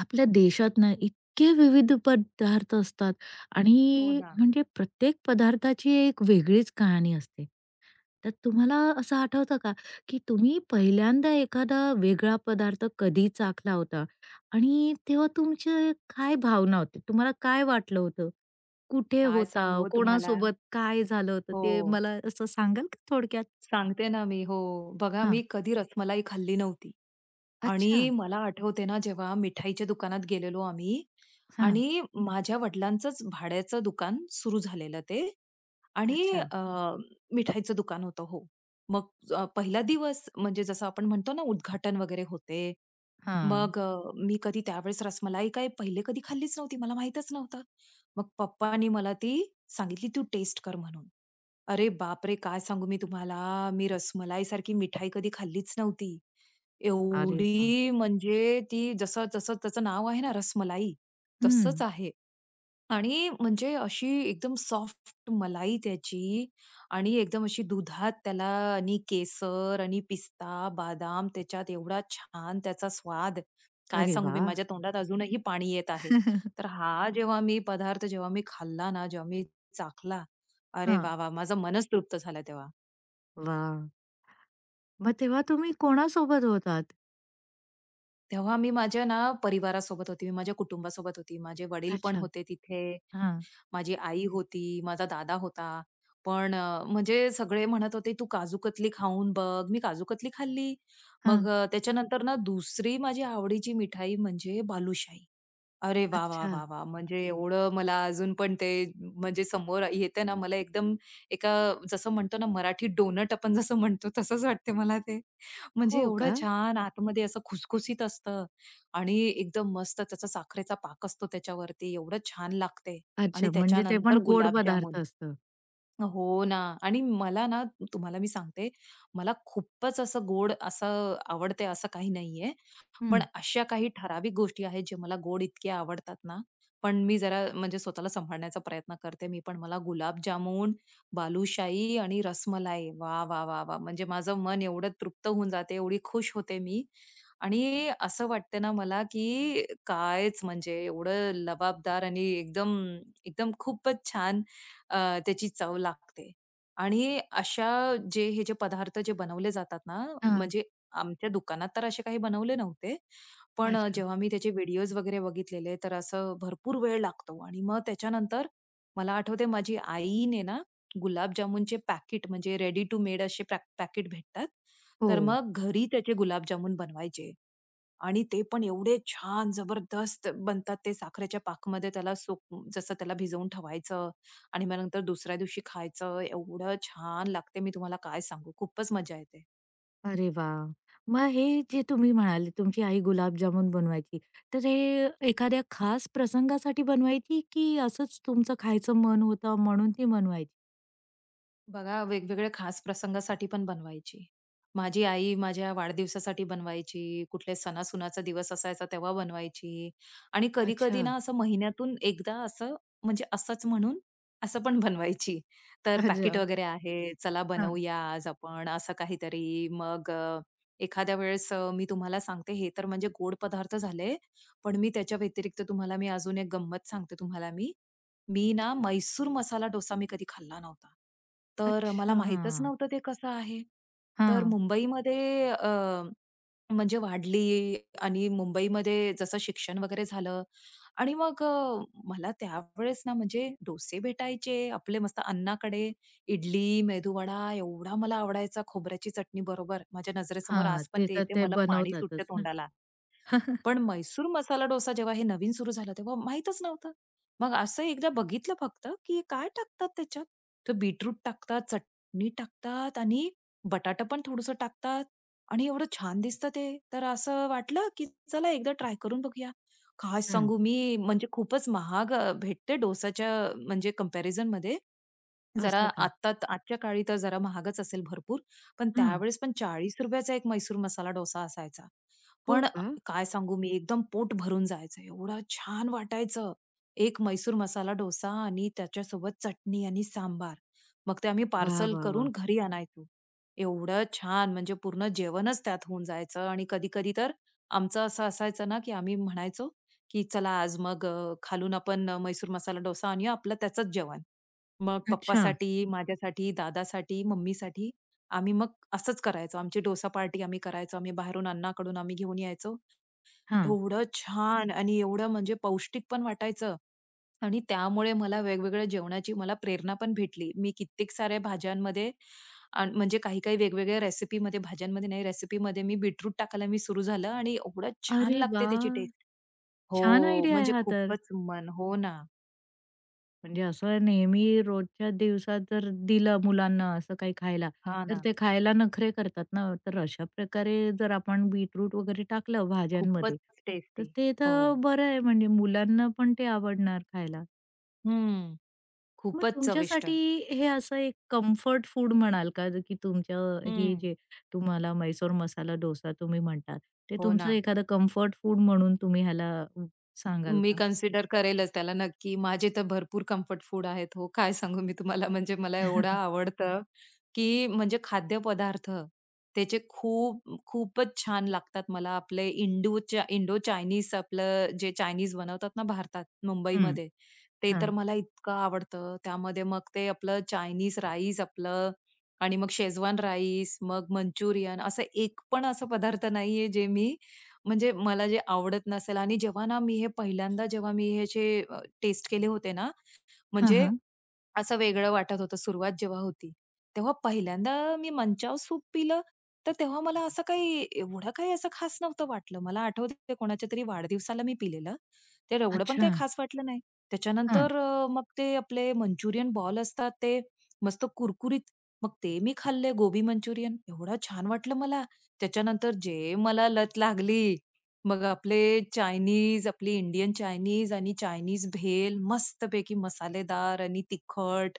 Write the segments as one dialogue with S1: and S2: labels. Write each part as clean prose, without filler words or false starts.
S1: आपल्या देशात ना इतके विविध पदार्थ असतात
S2: हो
S1: आणि
S2: ना.
S1: म्हणजे प्रत्येक पदार्थाची एक वेगळीच कहाणी असते. तर तुम्हाला असं आठवतं का, की तुम्ही पहिल्यांदा एखादा वेगळा पदार्थ कधी चाखला होता आणि तेव्हा तुमचे काय भावना होती? तुम्हाला काय वाटलं होतं? कुठे
S2: काय सांगू
S1: होता?
S2: हो तुम्हाला?
S1: कोणासोबत काय झालं होतं? ते
S2: हो.
S1: मला असं सांगाल का थोडक्यात?
S2: सांगते ना मी. हो. बघा मी
S1: हां.
S2: कधी रसमलाई खाल्ली नव्हती
S1: अच्छा.
S2: आणि मला आठवते ना जेव्हा मिठाईच्या दुकानात गेलेलो आम्ही
S1: हां.
S2: आणि माझ्या वडिलांचंच भाड्याचं दुकान सुरू झालेलं ते आणि
S1: अच्छा.
S2: अ, मिठाईचं दुकान होतं. हो. मग पहिला दिवस म्हणजे जसं आपण म्हणतो ना उद्घाटन वगैरे होते.
S1: हां.
S2: मग मी कधी त्यावेळेस रसमलाई काय पहिले कधी खाल्लीच नव्हती. मला माहीतच नव्हतं. मग पप्पांनी मला ती सांगितली, "तू टेस्ट कर" म्हणून. अरे बापरे! काय सांगू मी तुम्हाला. मी रसमलाईसारखी मिठाई कधी खाल्लीच नव्हती.
S1: अरे वाह!
S2: एवढी म्हणजे ती जसं त्याचं नाव आहे ना रसमलाई, तसंच
S1: हं.
S2: आहे. आणि म्हणजे अशी एकदम सॉफ्ट मलाई त्याची आणि एकदम अशी दुधात त्याला आणि केसर आणि पिस्ता, बदाम त्याच्यात एवढा छान त्याचा स्वाद. काय
S1: अरे
S2: सांगू मी
S1: वाह!
S2: माझ्या तोंडात अजूनही पाणी येत आहे. तर हा जेव्हा मी पदार्थ जेव्हा मी खाल्ला ना, जेव्हा मी चाखला, अरे
S1: हां.
S2: वाह, वाह! माझं मनच तृप्त झालं तेव्हा.
S1: वाह! मग तेव्हा तुम्ही कोणासोबत होतात?
S2: तेव्हा मी माझ्या ना परिवारासोबत होती, मी माझ्या कुटुंबासोबत होती, माझे वडील पण
S1: अच्छा.
S2: होते तिथे.
S1: हां.
S2: माझी आई होती, माझा दादा होता. पण म्हणजे सगळे म्हणत होते, "तू काजू कतली खाऊन बघ." मी काजू कतली खाल्ली.
S1: हां.
S2: मग त्याच्यानंतर ना दुसरी माझी आवडीची मिठाई म्हणजे बालुशाही. अरे वा, वा,
S1: अच्छा.
S2: वा, वा, म्हणजे एवढं मला अजून पण ते म्हणजे समोर येते ना, मला एकदम एका जसं म्हणतो ना, मराठी डोनट आपण जसं म्हणतो तसंच वाटते मला ते. म्हणजे
S1: हो
S2: एवढं
S1: का?
S2: छान आतमध्ये असं खुसखुशीत असतं आणि एकदम मस्त त्याचा साखरेचा पाक असतो त्याच्यावरती. एवढं छान लागते आणि
S1: अच्छा. म्हणजे ते पण
S2: त्याच्यानंतर
S1: गोड
S2: गुलाबजामुन.
S1: पदार्थ असतं.
S2: हो ना आणि मला ना तुम्हाला मी सांगते, मला खूपच असं गोड असं आवडते असं काही नाहीये. पण
S1: हं.
S2: अशा काही ठराविक गोष्टी आहेत जे मला गोड इतके आवडतात ना, पण मी जरा म्हणजे स्वतःला सांभाळण्याचा प्रयत्न करते मी पण. मला गुलाबजामुन, बालूशाही आणि रसमलाई. वा, वा, वा, वाह! म्हणजे माझं मन एवढं तृप्त होऊन जाते, एवढी खुश होते मी. आणि असं वाटतं ना मला, की कायच म्हणजे एवढं लबाबदार आणि एकदम एकदम खूपच छान अ, त्याची चव लागते. आणि अशा जे हे जे पदार्थ जे बनवले जातात ना,
S1: हां.
S2: म्हणजे आमच्या दुकानात तर असे काही बनवले नव्हते. पण
S1: अच्छा.
S2: जेव्हा मी त्याचे व्हिडिओज वगैरे बघितलेले, तर असं भरपूर वेळ लागतो आणि मग त्याच्यानंतर मला आठवतंय माझी आईने ना गुलाबजामुनचे पॅकेट म्हणजे रेडी टू मेड असे पॅकेट भेटतात.
S1: हो.
S2: तर मग घरी त्याचे गुलाबजामुन बनवायचे आणि ते पण एवढे छान जबरदस्त बनतात ते साखरेच्या पाकमध्ये त्याला सोक जसं त्याला भिजवून ठेवायचं आणि मग नंतर दुसऱ्या दिवशी खायचं. एवढं छान लागते, मी तुम्हाला काय सांगू. खूपच मजा येते.
S1: अरे वाह! मग हे जे तुम्ही म्हणाले तुमची आई गुलाबजामुन बनवायची, तर हे एखाद्या खास प्रसंगासाठी बनवायची की असंच तुमचं खायचं मन होतं म्हणून ती बनवायची?
S2: बघा, वेगवेगळ्या खास प्रसंगासाठी पण बनवायची. माझी आई माझ्या वाढदिवसासाठी बनवायची, कुठल्या सणासुनाचा दिवस असायचा तेव्हा बनवायची आणि कधी-कधी
S1: अच्छा.
S2: ना असं महिन्यातून एकदा असं म्हणजे असंच म्हणून असं पण बनवायची. तर पॅकेट
S1: अच्छा.
S2: वगैरे आहे, चला
S1: हां.
S2: बनवूया आज आपण असं काहीतरी. मग एखाद्या वेळेस मी तुम्हाला सांगते हे तर म्हणजे गोड पदार्थ झाले, पण मी त्याच्या व्यतिरिक्त तुम्हाला मी अजून एक गंमत सांगते तुम्हाला मी. मी ना मैसूर मसाला डोसा मी कधी खाल्ला नव्हता. तर मला
S1: अच्छा.
S2: माहीतच नव्हतं ते कसं आहे. तर
S1: हां.
S2: मुंबईमध्ये म्हणजे वाढली आणि मुंबईमध्ये जसं शिक्षण वगैरे झालं आणि मग मला त्यावेळेस ना म्हणजे डोसे भेटायचे आपले मस्त अन्नाकडे. इडली, मेदूवडा एवढा मला आवडायचा खोबऱ्याची चटणी बरोबर. माझ्या नजरेसमोर
S1: हां,
S2: आज पण
S1: ते
S2: ते
S1: तर
S2: येते.
S1: ते
S2: मला पाणी सुटते
S1: बनवतातच ना.
S2: तोंडाला. पण मैसूर मसाला डोसा जेव्हा हे नवीन सुरू झालं, तेव्हा माहीतच नव्हतं. मग असं एकदा बघितलं फक्त, की काय टाकतात त्याच्यात? तर बीटरूट टाकतात, चटणी टाकतात आणि बटाटा पण थोडंसं टाकतात आणि एवढं छान दिसतं ते. तर असं वाटलं, की चला एकदा ट्राय करून बघूया. काय
S1: हं.
S2: सांगू मी, म्हणजे खूपच महाग भेटते डोसाच्या म्हणजे कंपॅरिझनमध्ये. जरा
S1: असं का?
S2: आत्ता आजच्या काळी तर जरा महागच असेल भरपूर. पण त्यावेळेस पण ₹40 चा एक म्हैसूर मसाला डोसा असायचा.
S1: हो
S2: पण
S1: का?
S2: काय सांगू मी एकदम पोट भरून जायचं. एवढं छान वाटायचं. एक मैसूर मसाला डोसा आणि त्याच्यासोबत चटणी आणि सांबार. मग ते आम्ही
S1: वाह,
S2: पार्सल
S1: वाह, वाह!
S2: करून घरी आणायचो. एवढं छान म्हणजे पूर्ण जेवणच त्यात होऊन जायचं आणि कधी-कधी तर आमचं असं असायचं ना, की आम्ही म्हणायचो, की चला आज मग खालून आपण मैसूर मसाला डोसा आणूया आपलं त्याचंच जेवण. मग
S1: अच्छा.
S2: पप्पासाठी, माझ्यासाठी, दादासाठी, मम्मीसाठी आम्ही मग असंच करायचो. आमची डोसा पार्टी आम्ही करायचो. आम्ही बाहेरून अण्णाकडून आम्ही घेऊन यायचो
S1: हां.
S2: एवढं छान आणि एवढं म्हणजे पौष्टिक पण वाटायचं आणि त्यामुळे मला वेगवेगळ्या जेवणाची मला प्रेरणा पण भेटली. मी कित्येक साऱ्या भाज्यांमध्ये अन् म्हणजे काही वेगवेगळ्या रेसिपीमध्ये भाज्यांमध्ये नाही, रेसिपीमध्ये मी बीटरूट टाकायला मी सुरू झालं आणि एवढं छान
S1: अरे
S2: लागते
S1: वाह!
S2: त्याची टेस्ट.
S1: छान
S2: हो,
S1: आयडिया आहे
S2: म्हणजे
S1: हा तर.
S2: खूपच मन हो ना.
S1: म्हणजे असं नेहमी रोजच्या दिवसात जर दिलं मुलांना असं काही खायला,
S2: हां ना.
S1: तर ते खायला नखरे करतात ना. तर अशा प्रकारे जर आपण बीटरूट वगैरे टाकलं
S2: खूपच
S1: भाज्यांमध्ये, तर
S2: टेस्टी.
S1: ते
S2: हो.
S1: तर बरं आहे म्हणजे मुलांना पण ते आवडणार खायला.
S2: हं.
S1: मग
S2: खूपच चविष्ट.
S1: तुमच्यासाठी हे असं एक कम्फर्ट फूड म्हणाल का? की तुमच्या हे
S2: हं.
S1: जे तुम्हाला म्हैसूर मसाला डोसा तुम्ही म्हणतात, ते
S2: हो ना.
S1: तुमचं एखादं कम्फर्ट फूड म्हणून तुम्ही ह्याला अ, सांगाल
S2: मी
S1: का?
S2: कन्सिडर करेलच त्याला नक्की. माझे तर भरपूर कम्फर्ट फूड आहेत हो. काय सांगू मी तुम्हाला म्हणजे मला एवढं आवडतं, की म्हणजे खाद्यपदार्थ त्याचे खूप खूपच छान लागतात मला. आपले इंडोच्या इंडो चायनीज आपलं जे चायनीज बनवतात ना भारतात,
S1: हं,
S2: मुंबईमध्ये, ते तर
S1: हां.
S2: मला इतकं आवडतं. त्यामध्ये मग ते आपलं चायनीज राईस आपलं आणि मग शेजवान राईस, मग मंचुरियन असं एक पण असा पदार्थ नाहीये जे मी म्हणजे मला जे आवडत नसेल आणि जेव्हा ना मी हे पहिल्यांदा जेव्हा मी ह्याचे टेस्ट केले होते ना,
S1: हां,
S2: म्हणजे
S1: हां.
S2: असं वेगळं वाटत होतं सुरुवात जेव्हा होती. तेव्हा पहिल्यांदा मी मंचाव सूप पिलं, तर तेव्हा मला असं काही एवढं काही असं खास नव्हतं वाटलं. मला आठवतंय कोणाच्या तरी वाढदिवसाला मी पिलेलं. तर एवढं पण
S1: अच्छा.
S2: काही खास वाटलं नाही.
S1: हां.
S2: त्याच्यानंतर मग ते आपले मंचुरियन बॉल असतात ते मस्त कुरकुरीत. मग ते मी खाल्ले गोबी मंचुरियन एवढं छान वाटलं मला. त्याच्यानंतर जे मला लत लागली मग आपले चायनीज, आपली इंडियन चायनीज आणि चायनीज भेल मस्तपैकी मसालेदार आणि तिखट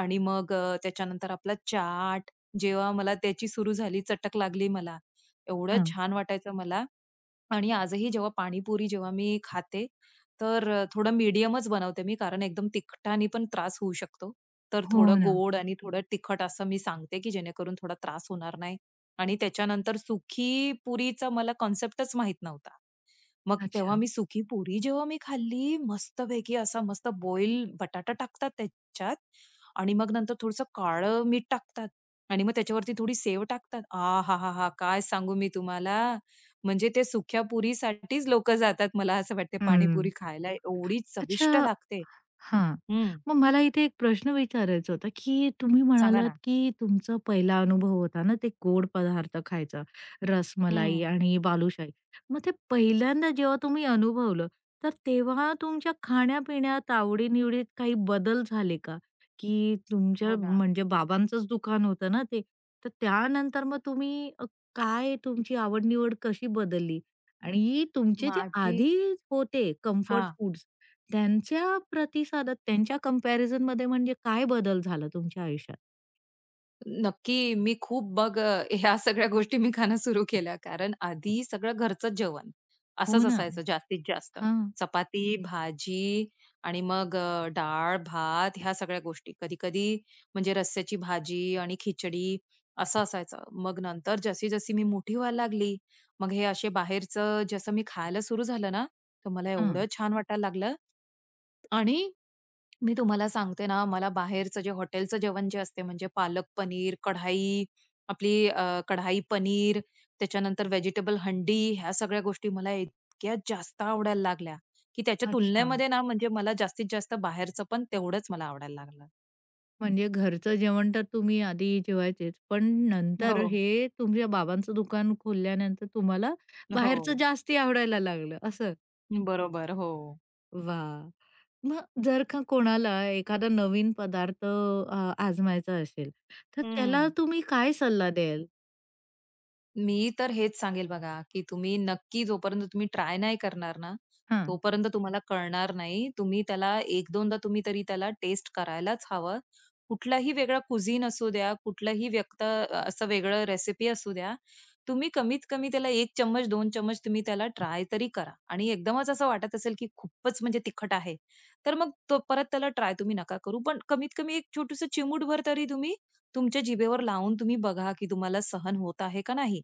S2: आणि मग त्याच्यानंतर आपला चाट. जेव्हा मला त्याची सुरू झाली, चटक लागली मला. एवढं
S1: हां.
S2: छान वाटायचं मला आणि आजही जेव्हा पाणीपुरी जेव्हा मी खाते, तर थोडं मीडियमच बनवते मी, कारण एकदम तिखटाने पण त्रास होऊ शकतो. तर
S1: हो
S2: थोडं
S1: ना.
S2: गोड आणि थोडं तिखट असं मी सांगते, की जेणेकरून थोडा त्रास होणार नाही आणि त्याच्यानंतर सुकी पुरीचा मला कन्सेप्टच माहीत नव्हता. मग तेव्हा
S1: अच्छा.
S2: मी सुकी पुरी जेव्हा मी खाल्ली, मस्तपैकी असा मस्त बॉईल बटाटा टाकतात त्याच्यात आणि मग नंतर थोडंसं काळं मीठ टाकतात आणि मग त्याच्यावरती थोडी सेव टाकतात. आहाहाहा! काय सांगू मी तुम्हाला. म्हणजे ते सुक्या पुरीसाठीच लोकं जातात मला असं वाटते
S1: हं.
S2: पाणीपुरी खायला. एवढी
S1: अच्छा
S2: चविष्ट लागते.
S1: हां.
S2: हं.
S1: मग मला इथे एक प्रश्न विचारायचा होता, की तुम्ही
S2: सांगा
S1: म्हणालात,
S2: ना.
S1: की तुमचा पहिला अनुभव होता ना, ते गोड पदार्थ खायचा, रसमलाई
S2: हं.
S1: आणि बालुशाही. मग ते पहिल्यांदा जेव्हा तुम्ही अनुभवलं, तर तेव्हा तुमच्या खाण्यापिण्यात, आवडी-निवडीत काही बदल झाले का? की तुमच्या
S2: हो ना.
S1: म्हणजे बाबांचंच दुकान होतं ना ते, तर त्यानंतर मग तुम्ही काय तुमची आवड कशी बदलली? आणि तुमचे जे
S2: माझी
S1: आधी होते कम्फर्ट
S2: हां.
S1: फूड्स, त्यांच्या प्रतिसादात, त्यांच्या कंपॅरिझनमध्ये म्हणजे काय बदल झाला तुमच्या आयुष्यात?
S2: नक्की. मी खूप मग ह्या सगळ्या गोष्टी मी खाणं सुरू केल्या. कारण आधी सगळं घरचंच जेवण
S1: हो
S2: असंच
S1: ना.
S2: असायचं जास्तीत जास्त.
S1: हां,
S2: चपाती, भाजी आणि मग डाळ, भात ह्या सगळ्या गोष्टी. कधी-कधी म्हणजे रस्स्याची भाजी आणि खिचडी असं असायचं. मग नंतर जशी-जशी मी मोठी व्हायला लागली, मग हे असे बाहेरचं जसं मी खायला सुरू झालं ना, तर मला
S1: हां.
S2: एवढं छान वाटायला लागलं आणि मी तुम्हाला सांगते ना, मला बाहेरचं जे हॉटेलचं जेवण जे असते म्हणजे पालक पनीर, कढाई, आपली कढाई पनीर, त्याच्यानंतर व्हेजिटेबल हंडी ह्या सगळ्या गोष्टी मला इतक्या जास्त आवडायला लागल्या, की त्याच्या
S1: अच्छा.
S2: तुलनेमध्ये ना म्हणजे मला जास्तीत जास्त बाहेरचं पण तेवढंच मला आवडायला लागलं.
S1: म्हणजे घरचं जेवण तर तुम्ही आधी जेवायचेच, पण नंतर
S2: हो,
S1: हे तुमच्या बाबांचं दुकान खोलल्यानंतर तुम्हाला बाहेरचं
S2: हो.
S1: जास्ती आवडायला लागलं असं.
S2: बरोबर. हो.
S1: वाह! मग जर का कोणाला एखादा नवीन पदार्थ आजमायचा असेल, तर त्याला
S2: हं.
S1: तुम्ही काय सल्ला द्याल?
S2: मी तर हेच सांगेल बघा, की तुम्ही नक्की जोपर्यंत तुम्ही ट्राय नाही करणार ना,
S1: हां.
S2: तोपर्यंत तुम्हाला कळणार नाही. तुम्ही त्याला एक 2दा तुम्ही तरी त्याला टेस्ट करायलाच हवं. कुठलाही वेगळा कुझीन असू द्या, कुठलंही व्यक्त असं वेगळं रेसिपी असू द्या, तुम्ही कमीत कमी त्याला 1 चम्मच, 2 चम्मच तुम्ही त्याला ट्राय तरी करा. आणि एकदमच असं वाटत असेल, की खूपच म्हणजे तिखट आहे, तर मग तो परत त्याला ट्राय तुम्ही नका करू. पण कमीत कमी एक छोटूसं चिमूटभर तरी तुम्ही तुमच्या जिभेवर लावून तुम्ही बघा, की तुम्हाला सहन होत आहे का नाही?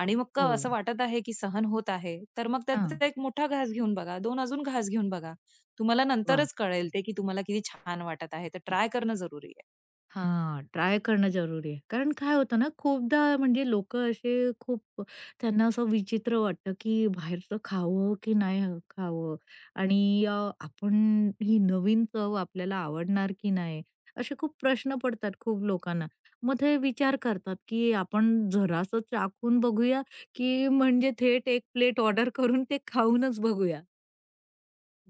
S2: आणि मग
S1: हो.
S2: असं वाटत आहे की सहन होत आहे, तर मग
S1: हां.
S2: त्याचा एक मोठा घास घेऊन बघा, 2 अजून घास घेऊन बघा. तुम्हाला
S1: वाह!
S2: नंतरच कळेल ते की तुम्हाला किती छान वाटत आहे. तर ट्राय करणं जरुरी आहे.
S1: हां, ट्राय करणं जरुरी आहे. कारण काय होतं ना, खूपदा म्हणजे लोकं असे खूप त्यांना असं विचित्र वाटतं, की बाहेरचं खावं की नाही ह खावं आणि अ, आपण ही नवीन चव आपल्याला आवडणार की नाही, असे खूप प्रश्न पडतात खूप लोकांना. मग ते विचार करतात, की आपण जरासं चाखून बघूया, की म्हणजे थेट एक प्लेट ऑर्डर करून ते खाऊनच बघूया.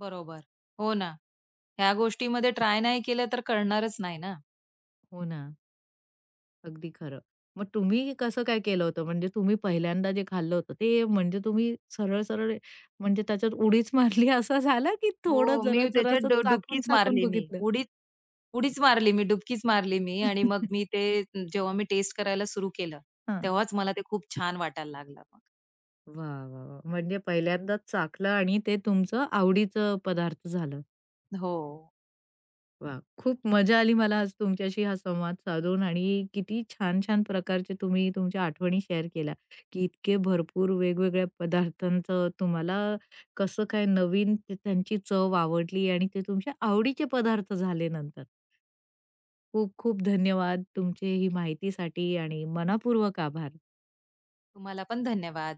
S2: बरोबर. हो ना. ह्या गोष्टीमध्ये ट्राय नाही केलं तर कळणारच नाही ना.
S1: हो ना. अगदी खरं. मग तुम्ही कसं काय केलं होतं? म्हणजे तुम्ही पहिल्यांदा जे खाल्लं होतं ते म्हणजे तुम्ही सरळ-सरळ म्हणजे त्याच्यात उडीच मारली असं झालं, की थोडं
S2: हो, मी
S1: जरा-जरा
S2: त्याच्यात
S1: असं
S2: डुबकीच
S1: चाखून-चाखून
S2: मारली मी.
S1: बघितलं?
S2: उडीच उडीच मारली मी, डुबकीच मारली मी आणि मग मी ते जेव्हा मी टेस्ट करायला सुरू केलं,
S1: हां.
S2: तेव्हाच मला ते खूप छान वाटायला लागलं मग.
S1: वाह, वाह, वाह! म्हणजे पहिल्यांदाच चाखलं आणि ते तुमचं आवडीचं पदार्थ झालं.
S2: हो.
S1: वाह! खूप मजा आली मला आज तुमच्याशी हा संवाद साधून आणि किती छान-छान प्रकारचे तुम्ही तुमच्या आठवणी शेअर केल्या, की इतके भरपूर वेगवेगळ्या पदार्थांचं तुम्हाला कसं काय नवीन ते त्यांची चव आवडली आणि ते तुमच्या आवडीचे पदार्थ झाले नंतर. खूप खूप धन्यवाद तुमची ही माहितीसाठी आणि मनःपूर्वक आभार.
S2: तुम्हाला पण धन्यवाद.